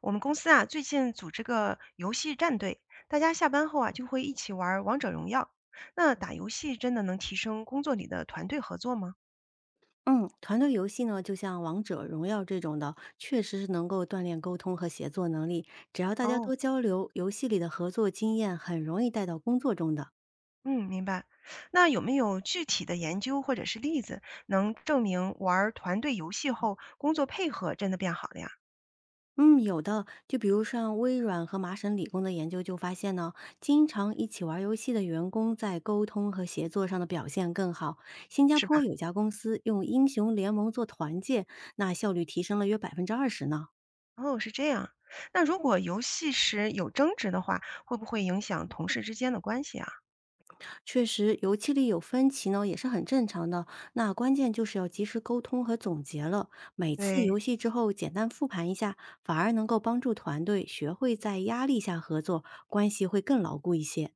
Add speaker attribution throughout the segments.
Speaker 1: 我们公司啊，最近组织个游戏战队，大家下班后啊就会一起玩儿王者荣耀。那打游戏真的能提升工作里的团队合作吗？
Speaker 2: 嗯，团队游戏呢，就像王者荣耀这种的，确实是能够锻炼沟通和协作能力。只要大家
Speaker 1: 哦，
Speaker 2: 多交流，游戏里的合作经验很容易带到工作中的。
Speaker 1: 嗯，明白。那有没有具体的研究或者是例子，能证明玩儿团队游戏后工作配合真的变好了呀？
Speaker 2: 嗯，有的，就比如像微软和麻省理工的研究就发现呢，经常一起玩游戏的员工在沟通和协作上的表现更好。新加
Speaker 1: 是吧？
Speaker 2: 坡有家公司用英雄联盟做团建，那效率提升了约20%呢。
Speaker 1: 哦，是这样。那如果游戏时有争执的话，会不会影响同事之间的关系啊？
Speaker 2: 确实，游戏里有分歧呢，也是很正常的。那关键就是要及时沟通和总结了。每次
Speaker 1: 对，
Speaker 2: 游戏之后，简单复盘一下，反而能够帮助团队学会在压力下合作，关系会更牢固一些。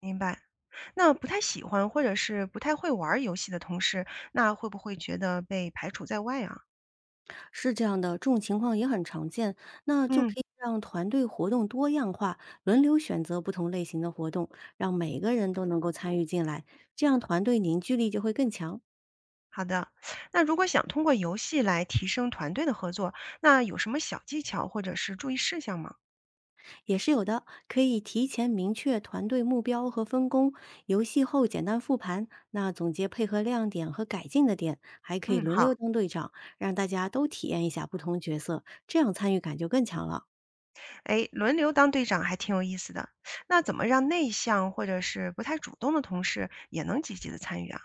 Speaker 1: 明白。那不太喜欢或者是不太会玩儿游戏的同事，那会不会觉得被排除在外啊？
Speaker 2: 是这样的，这种情况也很常见。那就
Speaker 1: 嗯，
Speaker 2: 可以让团队活动多样化，轮流选择不同类型的活动，让每个人都能够参与进来，这样团队凝聚力就会更强。
Speaker 1: 好的。那如果想通过游戏来提升团队的合作，那有什么小技巧或者是注意事项吗？
Speaker 2: 也是有的，可以提前明确团队目标和分工，游戏后简单复盘，那总结配合亮点和改进的点，还可以
Speaker 1: 嗯，
Speaker 2: 轮
Speaker 1: 好。
Speaker 2: 流当队长，让大家都体验一下不同角色，这样参与感就更强了。
Speaker 1: 哎，轮流当队长还挺有意思的。那怎么让内向或者是不太主动的同事也能积极的参与啊？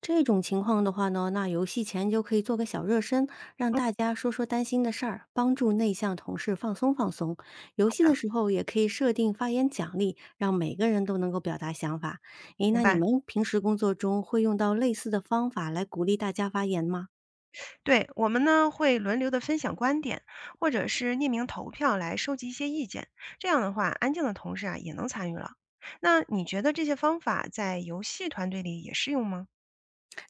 Speaker 2: 这种情况的话呢，那游戏前就可以做个小热身，让
Speaker 1: 嗯，
Speaker 2: 大家说说担心的事儿，帮助内向同事放松。游
Speaker 1: 好
Speaker 2: 戏的
Speaker 1: 的，
Speaker 2: 时候也可以设定发言奖励，让每个人都能够表达想法。诶，
Speaker 1: 明
Speaker 2: 那你
Speaker 1: 白。
Speaker 2: 们平时工作中会用到类似的方法来鼓励大家发言吗？
Speaker 1: 对，我们呢会轮流的分享观点，或者是匿名投票来收集一些意见。这样的话，安静的同事啊也能参与了。那你觉得这些方法在游戏团队里也适用吗？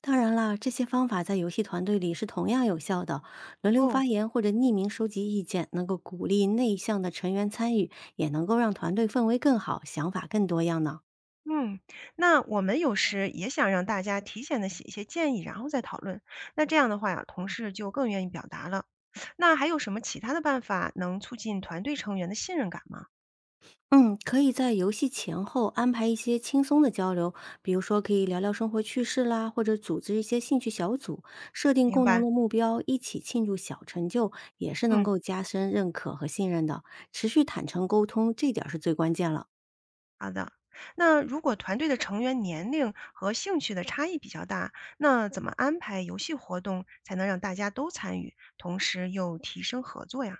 Speaker 2: 当然啦，这些方法在游戏团队里是同样有效的。轮流
Speaker 1: 哦，
Speaker 2: 发言或者匿名收集意见，能够鼓励内向的成员参与，也能够让团队氛围更好，想法更多样呢。
Speaker 1: 嗯，那我们有时也想让大家提前的写一些建议，然后再讨论。那这样的话呀，同事就更愿意表达了。那还有什么其他的办法能促进团队成员的信任感吗？
Speaker 2: 嗯，可以在游戏前后安排一些轻松的交流，比如说可以聊聊生活趣事啦，或者组织一些兴趣小组，设定
Speaker 1: 明
Speaker 2: 共同
Speaker 1: 白，
Speaker 2: 的目标，一起庆祝小成就，也是能
Speaker 1: 嗯。
Speaker 2: 够加深认可和信任的。持续坦诚沟通，这点儿是最关键了。
Speaker 1: 好的，那如果团队的成员年龄和兴趣的差异比较大，那怎么安排游戏活动才能让大家都参与，同时又提升合作呀？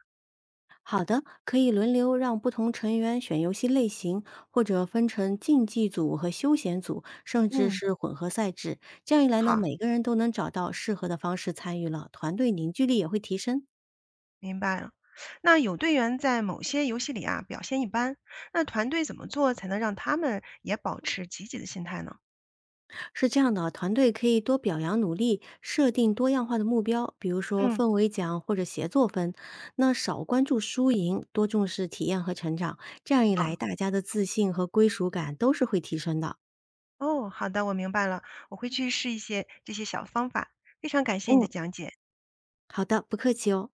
Speaker 2: 好的，可以轮流让不同成员选游戏类型，或者分成竞技组和休闲组，甚至
Speaker 1: 嗯，
Speaker 2: 是混合赛制。这样一来呢，
Speaker 1: 好，
Speaker 2: 每个人都能找到适合的方式参与了，团队凝聚力也会提升。
Speaker 1: 明白了。那有队员在某些游戏里啊表现一般，那团队怎么做才能让他们也保持积极的心态呢？
Speaker 2: 是这样的啊，团队可以多表扬努力，设定多样化的目标，比如说
Speaker 1: 嗯，
Speaker 2: 氛围奖或者协作分。那少关注输赢，多重视体验和成长，这样一来，
Speaker 1: 好，
Speaker 2: 大家的自信和归属感都是会提升的。
Speaker 1: 哦，好的，我明白了，我会去试一些这些小方法。非常感谢你的
Speaker 2: 嗯，
Speaker 1: 讲解。
Speaker 2: 好的，不客气哦。